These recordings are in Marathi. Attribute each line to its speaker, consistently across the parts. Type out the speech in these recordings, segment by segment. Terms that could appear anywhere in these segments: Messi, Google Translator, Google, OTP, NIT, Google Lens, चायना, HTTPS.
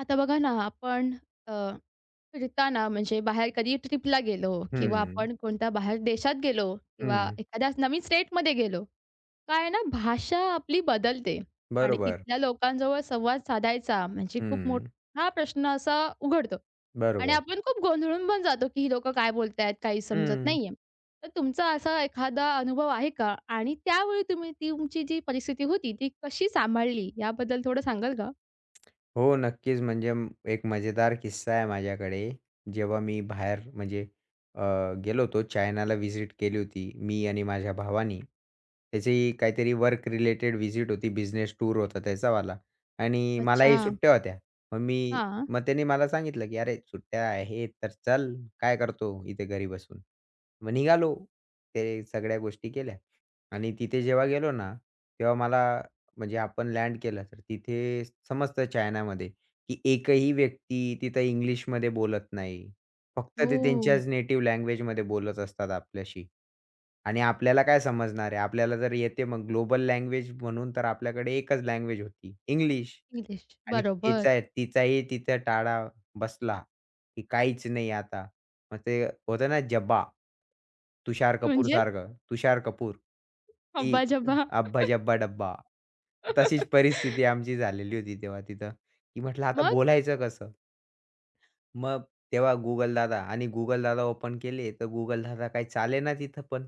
Speaker 1: आता बघा ना, आपण अ, फिरताना म्हणजे बाहेर कधी ट्रिपला गेलो किंवा
Speaker 2: हं,
Speaker 1: आपण कोणत्या बाहेर देशात गेलो किंवा
Speaker 2: हं.
Speaker 1: एखाद्या नवीन स्टेटमध्ये गेलो, काय आहे ना भाषा आपली बदलते आणि
Speaker 2: बरोबर.
Speaker 1: तिथल्या लोकांजवळ संवाद साधायचा म्हणजे खूप
Speaker 2: हं,
Speaker 1: मोठा प्रश्न असा उघडतो आणि
Speaker 2: बरोबर.
Speaker 1: आपण खूप गोंधळून पण जातो, की ही लोकं काय बोलतायत, काही समजत
Speaker 2: हं.
Speaker 1: नाहीये. तर तुमचा असा एखादा अनुभव आहे का? आणि त्यावेळी तुम्ही ती तुमची जी परिस्थिती होती, ती कशी सांभाळली याबद्दल थोडं सांगाल का?
Speaker 2: हो, नक्कीच. म्हणजे एक मजेदार किस्सा आहे माझ्याकडे. जेव्हा मी बाहेर म्हणजे अ, गेलो होतो चायनाला व्हिजिट केली होती मी आणि माझ्या भावानी. त्याची काहीतरी वर्क रिलेटेड व्हिजिट होती. बिझनेस टूर होता त्याचावाला आणि मलाही
Speaker 1: अच्छा.
Speaker 2: सुट्ट्या होत्या. मग मी
Speaker 1: हां.
Speaker 2: मग त्याने मला सांगितलं, की "अरे, सुट्ट्या आहेत तर चल, काय करतो इथे घरी बसून?" मग निघालो. ते सगळ्या गोष्टी केल्या आणि तिथे जेव्हा गेलो ना, तेव्हा मला म्हणजे आपण लँड केलं तर तिथे समजतं चायनामध्ये, की एकही व्यक्ती तिथं इंग्लिशमध्ये बोलत नाही. फक्त ते
Speaker 1: ओह!
Speaker 2: त्यांच्याच नेटिव्ह लँग्वेजमध्ये बोलत असतात आपल्याशी. आणि आपल्याला काय समजणार आहे? आपल्याला जर येते मग ग्लोबल लँग्वेज म्हणून तर आपल्याकडे एकच लँग्वेज होती, इंग्लिश.
Speaker 1: इंग्लिश.
Speaker 2: आणि
Speaker 1: बरोबर.
Speaker 2: तिचा टाळा बसला, की काहीच नाही आता. मग ते होतं ना जब्बा. तुषार
Speaker 1: म्हणजे
Speaker 2: कपूरसारखं. तुषार कपूर, की
Speaker 1: हब्बा जब्बा.
Speaker 2: अब्बा जब्बा डब्बा. तशीच परिस्थिती आमची झालेली होती तेव्हा तिथं, की म्हटलं आता
Speaker 1: मग?
Speaker 2: बोलायचं कसं? मग तेव्हा Google दादा आणि Google दादा ओपन केले, तर Google दादा काही चालेना तिथं पण.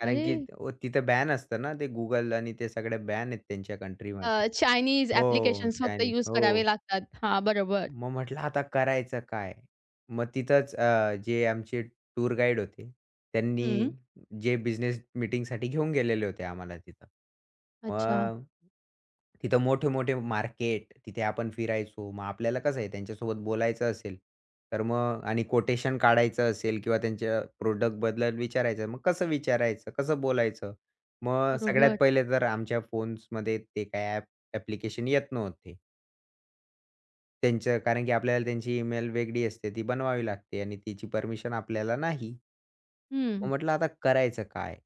Speaker 2: कारण
Speaker 1: अरे!
Speaker 2: की तिथं बॅन असतं ना ते Google आणि ते सगळे बॅन आहेत त्यांच्या कंट्रीमध्ये.
Speaker 1: चायनीज
Speaker 2: हो,
Speaker 1: ॲप्लिकेशन्स फक्त
Speaker 2: चायनीज.
Speaker 1: यूज
Speaker 2: हो.
Speaker 1: करावे लागतात. हां, बरोबर.
Speaker 2: मग म्हटलं आता करायचं काय? मग तिथंच जे आमचे टूर गाईड होते, त्यांनी
Speaker 1: हं.
Speaker 2: जे बिझनेस मीटिंगसाठी घेऊन गेलेले होते आम्हाला तिथं.
Speaker 1: अच्छा.
Speaker 2: मग तिथं मोठे-मोठे मार्केट, तिथे आपण फिरायचो. मग आपल्याला कसं आहे त्यांच्यासोबत बोलायचं असेल, तर मग आणि कोटेशन काढायचं असेल किंवा त्यांच्या प्रॉडक्टबद्दल विचारायचं. मग कसं विचारायचं? कसं बोलायचं? मग सगळ्यात
Speaker 1: बरोबर.
Speaker 2: पहिले तर आमच्या फोन्समध्ये ते काय ॲप्लिकेशन येत नव्हते. त्यांचं कारण की आपल्याला त्यांची ईमेल वेगळी असते, ती बनवावी लागते आणि तिची परमिशन आपल्याला नाही.
Speaker 1: हं.
Speaker 2: मग म्हटलं आता करायचं काय?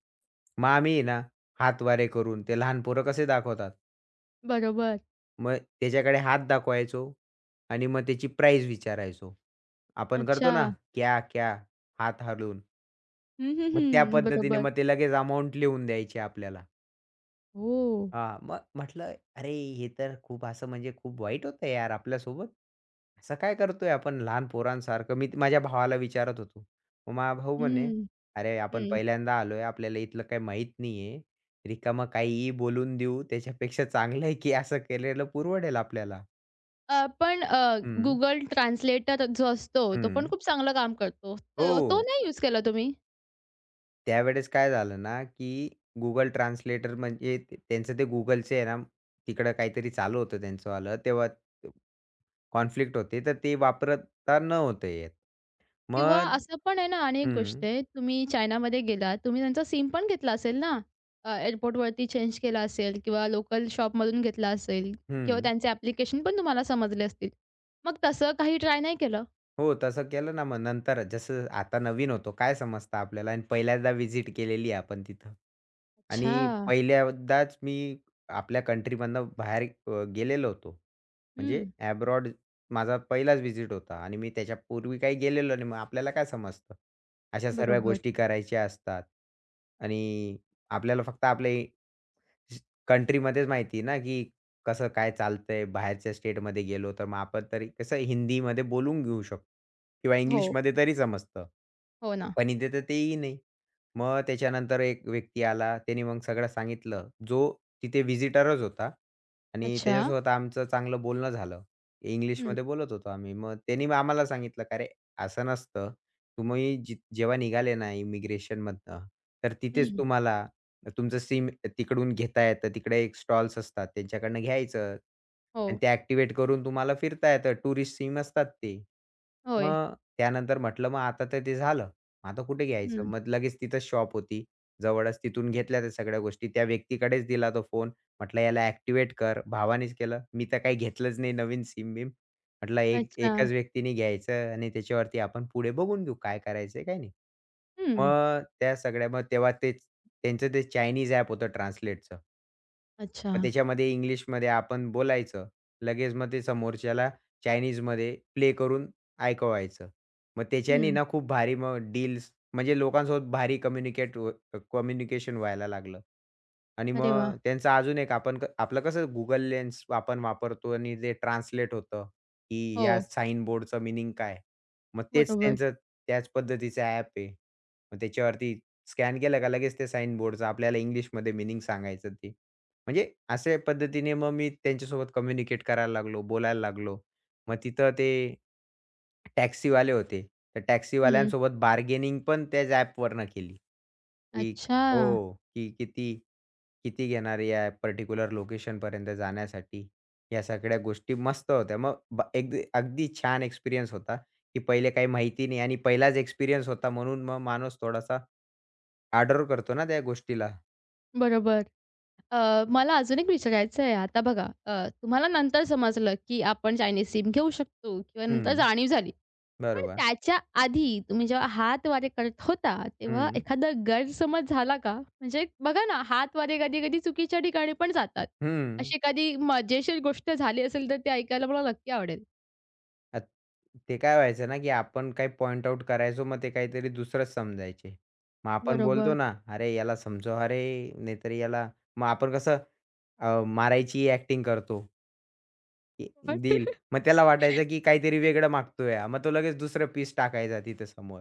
Speaker 2: मग आम्ही आहे ना, हातवारे करून ते लहान पोरं कसे दाखवतात.
Speaker 1: बरोबर.
Speaker 2: मग त्याच्याकडे हात दाखवायचो आणि मग त्याची प्राईज विचारायचो. आपण करतो ना,
Speaker 1: अच्छा.
Speaker 2: "क्या, क्या?" हात हलवून.
Speaker 1: हं, हं,
Speaker 2: मग त्या
Speaker 1: हं.
Speaker 2: पद्धतीने
Speaker 1: बरोबर.
Speaker 2: मग ते लगेच अमाउंट लिहून द्यायची आपल्याला.
Speaker 1: हो.
Speaker 2: हां, मग म्हटलं, "अरे, हे तर खूप असं म्हणजे खूप वाईट होतं यार आपल्यासोबत. असं काय करतोय आपण लहान पोरांसारखं?" मी माझ्या भावाला विचारत होतो. मग माझा भाऊ म्हणे,
Speaker 1: हं.
Speaker 2: "अरे, आपण
Speaker 1: हं.
Speaker 2: पहिल्यांदा आलोय. आपल्याला इथलं काही माहीत नाहीये. रिकामं काहीही बोलून देऊ. त्याच्यापेक्षा चांगलं आहे की असं केलेलं परवडेल आपल्याला."
Speaker 1: पण
Speaker 2: हं,
Speaker 1: Google ट्रान्सलेटर जो असतो, तो पण
Speaker 2: हं.
Speaker 1: खूप चांगलं काम करतो. तर तो
Speaker 2: हो.
Speaker 1: नाही यूज केला तुम्ही?
Speaker 2: त्यावेळेस काय झालं ना, की Google ट्रान्सलेटर म्हणजे ते त्यांचं ते Googleचे आहे ना, तिकडं काहीतरी चालू होतं त्यांचंवालं. तेव्हा कॉन्फ्लिक्ट होते, तर ते वापरता न होतं येत.
Speaker 1: किंवा
Speaker 2: मग
Speaker 1: असं पण आहे ना आणि एक गोष्ट
Speaker 2: हं,
Speaker 1: आहे, तुम्ही चायनामध्ये गेलात, तुम्ही त्यांचा सिम पण घेतला असेल ना? एअरपोर्टवरती चेंज केला असेल किंवा लोकल शॉपमधून घेतला असेल किंवा
Speaker 2: हं.
Speaker 1: त्यांचे ॲप्लिकेशन पण तुम्हाला समजले असतील. मग तसं काही ट्राय नाही केलं?
Speaker 2: हो, तसं केलं ना मग नंतर जसं आता नवीन होतो काय समजतं आपल्याला आणि पहिल्यांदा व्हिजिट केलेली आहे आपण तिथं. आणि
Speaker 1: अच्छा.
Speaker 2: पहिल्यांदाच मी आपल्या कंट्रीमधनं बाहेर गेलेलो होतो. म्हणजे
Speaker 1: हं.
Speaker 2: अब्रॉड माझा पहिलाच व्हिजिट होता आणि मी त्याच्यापूर्वी काही गेलेलो नाही. मग आपल्याला काय समजतं? अशा सर्व
Speaker 1: बरोबर.
Speaker 2: गोष्टी करायच्या असतात आणि आपल्याला फक्त आपले कंट्रीमध्येच माहिती आहे ना, की कसं काय चालतंय? बाहेरच्या स्टेटमध्ये गेलो तर मग आपण तरी कसं हिंदीमध्ये बोलून घेऊ शकतो किंवा
Speaker 1: हो.
Speaker 2: इंग्लिशमध्ये तरी समजतं.
Speaker 1: हो ना.
Speaker 2: पण इथे तर तेही नाही. मग त्याच्यानंतर एक व्यक्ती आला. त्याने मग सगळं सांगितलं. जो तिथे व्हिजिटरच होता आणि
Speaker 1: अच्छा.
Speaker 2: त्याच्यासोबत आमचं चांगलं बोलणं झालं.
Speaker 1: हं.
Speaker 2: इंग्लिशमध्ये बोलत होतो आम्ही. मग त्यानी मग आम्हाला सांगितलं, "का रे असं नसतं. तुम्ही जेव्हा निघाले ना इमिग्रेशनमधनं, तर तिथेच
Speaker 1: हं.
Speaker 2: तुम्हाला तुमचं सिम तिकडून घेता येतं. तिकडे एक स्टॉल्स असतात त्यांच्याकडनं घ्यायचं आणि
Speaker 1: हो.
Speaker 2: ते ॲक्टिव्हेट करून तुम्हाला फिरता येतं. टुरिस्ट सिम असतात ते.
Speaker 1: होय.
Speaker 2: मग त्यानंतर म्हटलं मग आता तर ते झालं. आता कुठे घ्यायचं?
Speaker 1: हं.
Speaker 2: मग लगेच तिथंच शॉप होती. जवळच तिथून घेतल्या त्या सगळ्या गोष्टी. त्या व्यक्तीकडेच दिला तो फोन. म्हटलं याला ॲक्टिव्हेट कर. भावानेच केलं. मी तर काही घेतलंच नाही नवीन सिम-बिम. म्हटलं
Speaker 1: अच्छा.
Speaker 2: एकच व्यक्तीने घ्यायचं आणि त्याच्यावरती आपण पुढे बघून घेऊ काय करायचंय काय नाही.
Speaker 1: हं.
Speaker 2: मग त्या सगळ्या मग तेव्हा तेच त्यांचं ते चायनीज ॲप होतं ट्रान्सलेटचं.
Speaker 1: अच्छा.
Speaker 2: मग त्याच्यामध्ये इंग्लिशमध्ये आपण बोलायचं. लगेच मग ते समोरच्याला चायनीजमध्ये प्ले करून ऐकवायचं. मग त्याच्याने
Speaker 1: हं.
Speaker 2: ना खूप भारी मग डील्स म्हणजे लोकांसोबत भारी कम्युनिकेशन व्हायला लागलं. आणि
Speaker 1: अरे वाह!
Speaker 2: मग त्यांचा अजून एक आपण आपलं कसं Google लेन्स आपण वापरतो आणि ते ट्रान्सलेट होतं. की
Speaker 1: हो.
Speaker 2: या साइन बोर्डचा मीनिंग काय? मग तेच
Speaker 1: बरोबर.
Speaker 2: त्यांचं त्याच पद्धतीचं ॲप आहे. मग त्याच्यावरती स्कॅन केलं का लगेच ते साइन बोर्डचं आपल्याला इंग्लिशमध्ये मीनिंग सांगायचं ते. म्हणजे अशा पद्धतीने मग मी त्यांच्यासोबत कम्युनिकेट करायला लागलो, बोलायला लागलो. मग तिथं ते टॅक्सीवाले होते. तर
Speaker 1: हं.
Speaker 2: टॅक्सीवाल्यांसोबत बार्गेनिंग पण त्याच ॲपवरनं केली. की
Speaker 1: अच्छा.
Speaker 2: हो, की किती किती घेणार या पर्टिक्युलर लोकेशनपर्यंत जाण्यासाठी? या सगळ्या गोष्टी मस्त होत्या. मग एकदी अगदी छान एक्सपिरियन्स होता, की पहिले काही माहिती नाही आणि पहिलाच एक्सपिरियन्स होता म्हणून मग माणूस थोडासा आदर करतो ना त्या गोष्टीला.
Speaker 1: बरोबर. मला अजून एक विचारायचं आहे. आता बघा, तुम्हाला नंतर समजलं, की आपण चायनीज सिम घेऊ शकतो किंवा नंतर
Speaker 2: हं,
Speaker 1: जाणीव झाली. पण
Speaker 2: बरोबर.
Speaker 1: त्याच्या आधी तुम्ही जेव्हा हातवारे करत होता, तेव्हा
Speaker 2: हं,
Speaker 1: एखादा गैरसमज झाला का? म्हणजे बघा ना, हातवारे कधी-कधी चुकीच्या ठिकाणी पण जातात.
Speaker 2: हं.
Speaker 1: अशी एखादी मजेशीर गोष्ट झाली असेल, तर ते ऐकायला मला नक्की आवडेल.
Speaker 2: अ, ते काय व्हायचं ना, की आपण काही पॉइंट आउट करायचो मग ते काहीतरी दुसरंच समजायचे. मग आपण
Speaker 1: बरोबर.
Speaker 2: बोलतो ना, "अरे याला समजव, अरे नाहीतर याला" मग आपण कसं मारायची ॲक्टिंग करतो. की
Speaker 1: What?
Speaker 2: देईल. मग त्याला वाटायचं, की काहीतरी वेगळं मागतोय हा. मग तो लगेच दुसरं पीस टाकायचा तिथं समोर.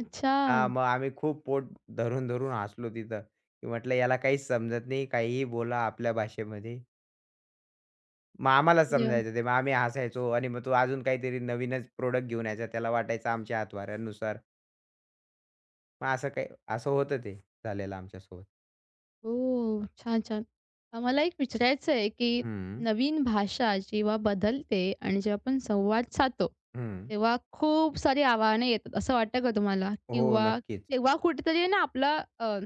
Speaker 1: अच्छा.
Speaker 2: हां, मग आम्ही खूप पोट धरून-धरून हसलो तिथं, की म्हटलं याला काहीच समजत नाही, काहीही बोला आपल्या भाषेमध्ये. मग आम्हालाच
Speaker 1: म्हणजे
Speaker 2: समजायचं ते. मग आम्ही हसायचो आणि मग तो अजून काहीतरी नवीनच प्रोडक्ट घेऊन यायचा. त्याला वाटायचं आमच्या हातवाऱ्यानुसार. मग असं काही असं होतं ते झालेलं आमच्यासोबत.
Speaker 1: हो. छान, छान. मला एक विचारायचं आहे, की
Speaker 2: हं,
Speaker 1: नवीन भाषा जेव्हा बदलते आणि जेव्हा आपण संवाद साधतो,
Speaker 2: हं.
Speaker 1: तेव्हा खूप सारी आव्हाने येतात, असं वाटतं का तुम्हाला?
Speaker 2: हो,
Speaker 1: किंवा
Speaker 2: नक्कीच.
Speaker 1: तेव्हा कुठेतरी आहे ना आपला,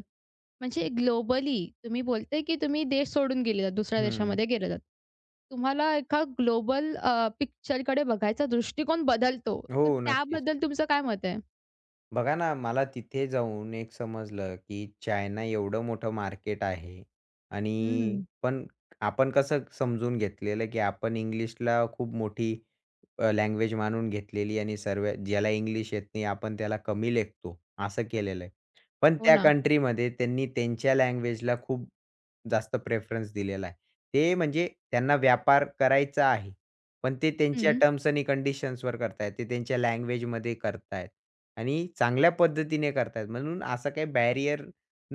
Speaker 1: म्हणजे ग्लोबली तुम्ही बोलते की तुम्ही देश सोडून गेलेलात, दुसऱ्या
Speaker 2: हं.
Speaker 1: देशामध्ये गेलेलात. तुम्हाला एका ग्लोबल पिक्चरकडे बघायचा दृष्टिकोन बदलतो.
Speaker 2: हो,
Speaker 1: तर
Speaker 2: नक्कीच.
Speaker 1: त्याबद्दल तुमचं काय मत आहे?
Speaker 2: बघा ना, मला तिथे जाऊन एक समजलं, की चायना एवढं मोठं मार्केट आहे आणि
Speaker 1: हं.
Speaker 2: पण आपण कसं समजून घेतलेलं, की आपण इंग्लिशला खूप मोठी लँग्वेज मानून घेतलेली आणि सर्व ज्याला इंग्लिश येत नाही आपण त्याला कमी लेखतो, असं केलेलं आहे. पण
Speaker 1: हो
Speaker 2: त्या
Speaker 1: ना.
Speaker 2: कंट्रीमध्ये त्यांनी त्यांच्या लँग्वेजला खूप जास्त प्रेफरन्स दिलेला आहे. ते म्हणजे त्यांना व्यापार करायचा आहे. पण ते त्यांच्या
Speaker 1: हं.
Speaker 2: टर्म्स आणि कंडिशन्सवर करतायत. ते त्यांच्या लँग्वेजमध्ये करतायत आणि चांगल्या पद्धतीने करतायत. म्हणून असा काही बॅरियर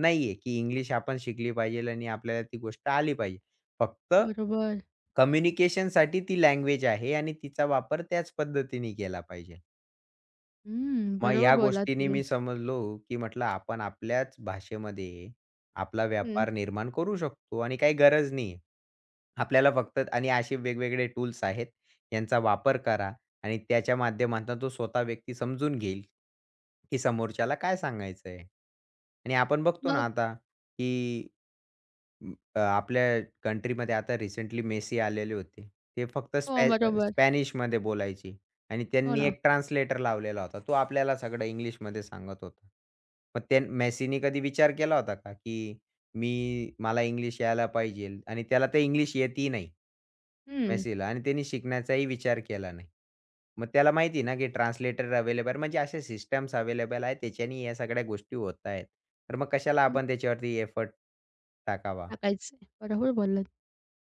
Speaker 2: नाहीये, की इंग्लिश आपण शिकली पाहिजे आणि आपल्याला ती गोष्ट आली पाहिजे. फक्त
Speaker 1: बरोबर.
Speaker 2: कम्युनिकेशनसाठी ती लँग्वेज आहे आणि तिचा वापर त्याच पद्धतीने केला पाहिजे.
Speaker 1: हं.
Speaker 2: मग
Speaker 1: बरोबर
Speaker 2: या
Speaker 1: बोललात
Speaker 2: गोष्टींनी
Speaker 1: तुम्ही.
Speaker 2: मी समजलो, की म्हटलं आपण आपल्याच भाषेमध्ये आपला
Speaker 1: हं.
Speaker 2: व्यापार निर्माण करू शकतो आणि काही गरज नाही आहे. आपल्याला फक्त आणि असे वेगवेगळे टूल्स आहेत. यांचा वापर करा आणि त्याच्या माध्यमातून तो स्वतः व्यक्ती समजून घेईल, की समोरच्याला काय सांगायचं आहे. आणि आपण बघतो ना
Speaker 1: मग
Speaker 2: आता, की आपल्या कंट्रीमध्ये आता रिसेंटली मेसी आलेले होते. ते फक्त
Speaker 1: हो, बरोबर.
Speaker 2: स्पॅनिशमध्ये बोलायचे आणि
Speaker 1: हो
Speaker 2: त्यांनी
Speaker 1: ना.
Speaker 2: एक ट्रान्सलेटर लावलेला होता. तो आपल्याला सगळं इंग्लिशमध्ये सांगत होता. मग त्या मेसीनी कधी विचार केला होता का, की मला इंग्लिश यायला पाहिजेल आणि त्याला ते इंग्लिश येतही नाही.
Speaker 1: हं.
Speaker 2: मेसीला आणि त्यांनी शिकण्याचाही विचार केला नाही. मग त्याला माहिती ना, की ट्रान्सलेटर अवेलेबल म्हणजे अशा सिस्टम्स अवेलेबल आहेत. त्याच्याने या सगळ्या गोष्टी होत आहेत. तर मग कशाला
Speaker 1: हं,
Speaker 2: आपण त्याच्यावरती एफर्ट टाकावा?
Speaker 1: टाकायचे. बरोबर बोललात.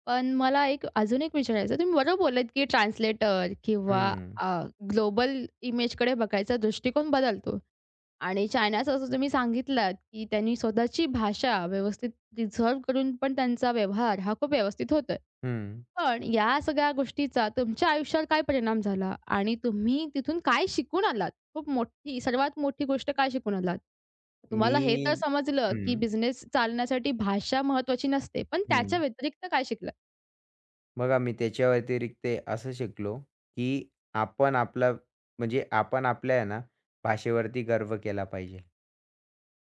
Speaker 1: पण मला एक अजून एक विचारायचं आहे. तुम्ही बरोबर बोललात, की ट्रान्सलेटर किंवा
Speaker 2: हं,
Speaker 1: अ, ग्लोबल इमेजकडे बघायचा दृष्टिकोन बदलतो. आणि चायनाचं असं तुम्ही सांगितलात, की त्यांनी स्वतःची भाषा व्यवस्थित प्रिझर्व्ह करून पण त्यांचा व्यवहार हा खूप व्यवस्थित होतोय.
Speaker 2: हं.
Speaker 1: पण या सगळ्या गोष्टीचा तुमच्या आयुष्यावर काय परिणाम झाला? आणि तुम्ही तिथून काय शिकून आलात? खूप मोठी सर्वात मोठी गोष्ट काय शिकून आलात?
Speaker 2: मी
Speaker 1: तुम्हाला हे तर समजलं, की
Speaker 2: हं,
Speaker 1: बिझनेस चालण्यासाठी भाषा महत्त्वाची नसते, पण त्याच्या
Speaker 2: हं.
Speaker 1: व्यतिरिक्त काय शिकलात?
Speaker 2: बघा मी त्याच्या व्यतिरिक्त असं शिकलो, की आपण आपला म्हणजे आपण आपल्या आहे ना, भाषेवरती गर्व केला पाहिजे.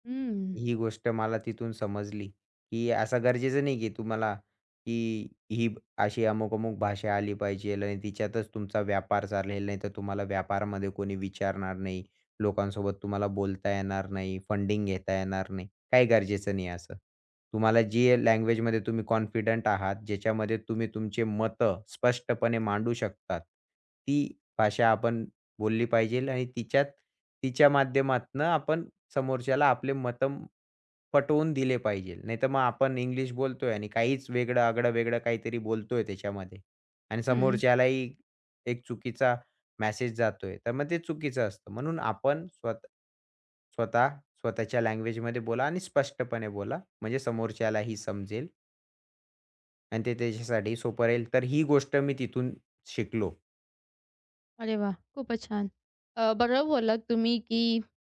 Speaker 1: हं,
Speaker 2: ही गोष्ट मला तिथून समजली, की असं गरजेचं नाही, की की ही अशी अमुक-अमुक भाषा आली पाहिजे आणि तिच्यातच तुमचा व्यापार चालेल. नाहीतर तुम्हाला व्यापारामध्ये कोणी विचारणार नाही. लोकांसोबत तुम्हाला बोलता येणार नाही, फंडिंग घेता येणार नाही. काही गरजेचं नाही असं. तुम्हाला जी लँग्वेजमध्ये तुम्ही कॉन्फिडंट आहात, ज्याच्यामध्ये तुम्ही तुमचे मतं स्पष्टपणे मांडू शकतात, ती भाषा आपण बोलली पाहिजे आणि तिच्यात तिच्या माध्यमातनं आपण समोरच्याला आपले मतं पटवून दिले पाहिजेल. नाहीतर मग आपण इंग्लिश बोलतोय आणि काहीच वेगळं आगळं-वेगळं काहीतरी बोलतोय त्याच्यामध्ये आणि
Speaker 1: हं.
Speaker 2: समोरच्यालाही एक चुकीचा मेसेज जातोय. तर मग ते चुकीचं असतं. म्हणून आपण स्वतः स्वतः स्वतःच्या लँग्वेजमध्ये बोला आणि स्पष्टपणे बोला. म्हणजे समोरच्यालाही समजेल आणि ते त्याच्यासाठी सोपं राहील. तर ही गोष्ट मी तिथून शिकलो.
Speaker 1: अरे वाह! खूपच छान. बरोबर बोललात तुम्ही, की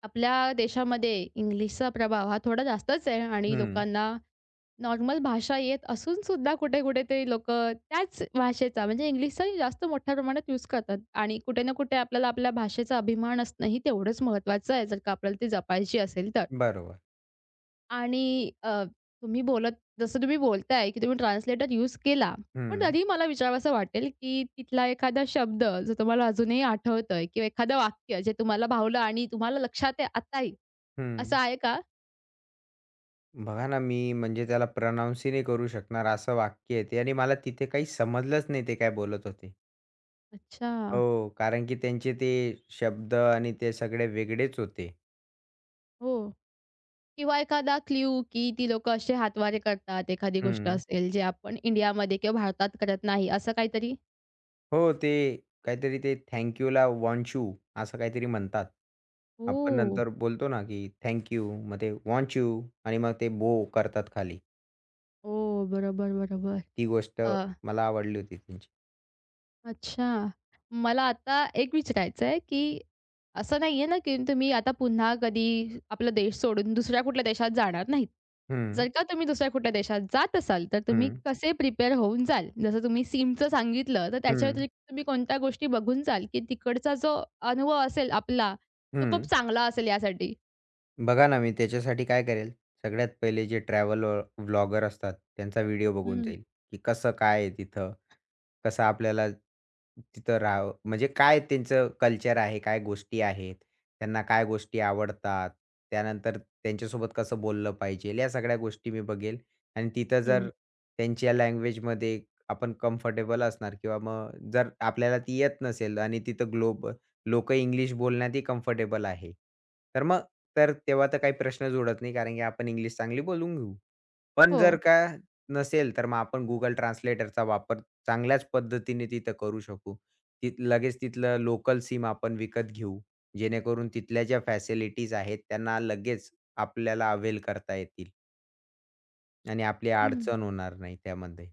Speaker 1: आपल्या देशामध्ये इंग्लिशचा प्रभाव हा थोडा जास्तच आहे आणि
Speaker 2: हं.
Speaker 1: लोकांना नॉर्मल भाषा येत असून सुद्धा कुठे-कुठे ते लोकं त्याच भाषेचा म्हणजे इंग्लिशचा जास्त मोठ्या प्रमाणात यूज करतात आणि कुठे ना कुठे आपल्याला आपल्या भाषेचा अभिमान असणंही तेवढंच महत्त्वाचं आहे, जर का आपल्याला ती जपायची असेल तर.
Speaker 2: बरोबर.
Speaker 1: आणि अ, तुम्ही बोलत जसं तुम्ही बोलताय, की तुम्ही ट्रान्सलेटर यूज केला. पण
Speaker 2: हं,
Speaker 1: तरी मला विचारावसं वाटेल, की तिथला एखादा शब्द जो तुम्हाला अजूनही आठवतोय किंवा एखादं वाक्य जे तुम्हाला भावलं आणि तुम्हाला लक्षात आहे आताही,
Speaker 2: हं.
Speaker 1: असं आहे का?
Speaker 2: बघा ना, मी म्हणजे त्याला प्रनाउन्स ही नाही करू शकणार असं वाक्य आहे ते आणि मला तिथे काही समजलंच नाही ते काय बोलत होते.
Speaker 1: अच्छा,
Speaker 2: हो, कारण की त्यांचे ते शब्द आणि ते सगळे वेगळेच होते.
Speaker 1: हो. किंवा एखादा क्लू, की ती लोकं असे हातवारे करतात, एखादी गोष्ट
Speaker 2: हं.
Speaker 1: असेल जे आपण इंडियामध्ये किंवा भारतात करत नाही, असं काहीतरी?
Speaker 2: हो, ते काहीतरी ते थँक यूला वॉन्ट यू असं काहीतरी म्हणतात. आपण
Speaker 1: हो.
Speaker 2: नंतर बोलतो ना, की थँक मग ते वॉन्ट यू आणि मग ते बो करतात खाली.
Speaker 1: हो, बरोबर, बरोबर.
Speaker 2: ती गोष्ट
Speaker 1: अ
Speaker 2: मला आवडली होती त्यांची.
Speaker 1: अच्छा. मला आता एक विचारायचं आहे, की असं नाहीये ना, की तुम्ही आता पुन्हा कधी आपला देश सोडून दुसऱ्या कुठल्या देशात जाणार नाहीत.
Speaker 2: हं,
Speaker 1: जर का तुम्ही दुसऱ्या कुठल्या देशात जात असाल, तर तुम्ही
Speaker 2: हं,
Speaker 1: कसे प्रिपेअर होऊन जाल? जसं तुम्ही सिमचं सांगितलं, तर त्याच्या
Speaker 2: हं,
Speaker 1: व्यतिरिक्त तुम्ही कोणत्या गोष्टी बघून जाल, की तिकडचा जो अनुभव असेल आपला, तो खूप
Speaker 2: हं.
Speaker 1: चांगला असेल यासाठी?
Speaker 2: बघा ना, मी त्याच्यासाठी काय करेल, सगळ्यात पहिले जे ट्रॅव्हल व्लॉगर असतात, त्यांचा व्हिडिओ बघून
Speaker 1: हं,
Speaker 2: जाईल, की कसं काय आहे तिथं? कसं आपल्याला तिथं राहावं म्हणजे काय त्यांचं कल्चर आहे, काय गोष्टी आहेत, त्यांना काय गोष्टी आवडतात, त्यानंतर त्यांच्यासोबत कसं बोललं पाहिजे, या सगळ्या गोष्टी मी बघेल आणि तिथं
Speaker 1: हं.
Speaker 2: जर त्यांच्या लँग्वेजमध्ये आपण कम्फर्टेबल असणार किंवा मग जर आपल्याला ती येत नसेल आणि तिथं लोकं इंग्लिश बोलण्यातही कम्फर्टेबल आहे. तर मग तर तेव्हा तर काही प्रश्नच उडत नाही कारण की आपण इंग्लिश चांगली बोलून घेऊ. पण जर
Speaker 1: हो.
Speaker 2: का नसेल तर मग आपण Google ट्रान्सलेटरचा वापर चांगल्याच पद्धतीने तिथं करू शकू. ती लगेच तिथलं लोकल सिम आपण विकत घेऊ. जेणेकरून तिथल्या ज्या फॅसिलिटीज आहेत त्यांना लगेच आपल्याला अवेल करता येतील आणि आपली
Speaker 1: हं.
Speaker 2: अडचण होणार नाही त्यामध्ये.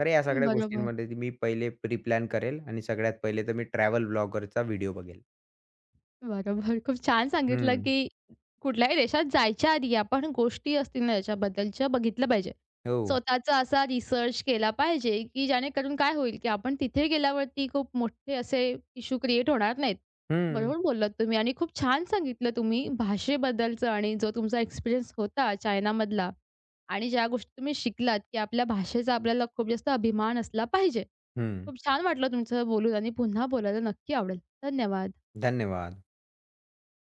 Speaker 2: तर या सगळ्या
Speaker 1: बरोबर.
Speaker 2: गोष्टींमध्ये मी पहिले प्री प्लॅन करेल आणि सगळ्यात पहिले तर मी ट्रॅव्हल ब्लॉगरचा व्हिडिओ बघेल.
Speaker 1: बरोबर. खूप छान सांगितलं,
Speaker 2: हं.
Speaker 1: की कुठल्याही देशात जायच्या आधी आपण गोष्टी असतील ना याच्याबद्दलच्या बघितल्या पाहिजे.
Speaker 2: हो.
Speaker 1: स्वतःचा असा रिसर्च केला पाहिजे, की जेणेकरून काय होईल, की आपण तिथे गेल्यावरती खूप मोठे असे इश्यू क्रिएट होणार नाहीत.
Speaker 2: हं,
Speaker 1: बरोबर बोललात तुम्ही आणि खूप छान सांगितलं तुम्ही भाषेबद्दलचं आणि जो तुमचा एक्सपिरियन्स होता चायनामधला आणि ज्या गोष्टी तुम्ही शिकलात, की आपल्या भाषेचा आपल्याला खूप जास्त अभिमान असला पाहिजे.
Speaker 2: हं.
Speaker 1: खूप छान वाटलं तुमचं बोलून आणि पुन्हा बोलायला नक्की आवडेल. धन्यवाद.
Speaker 2: धन्यवाद.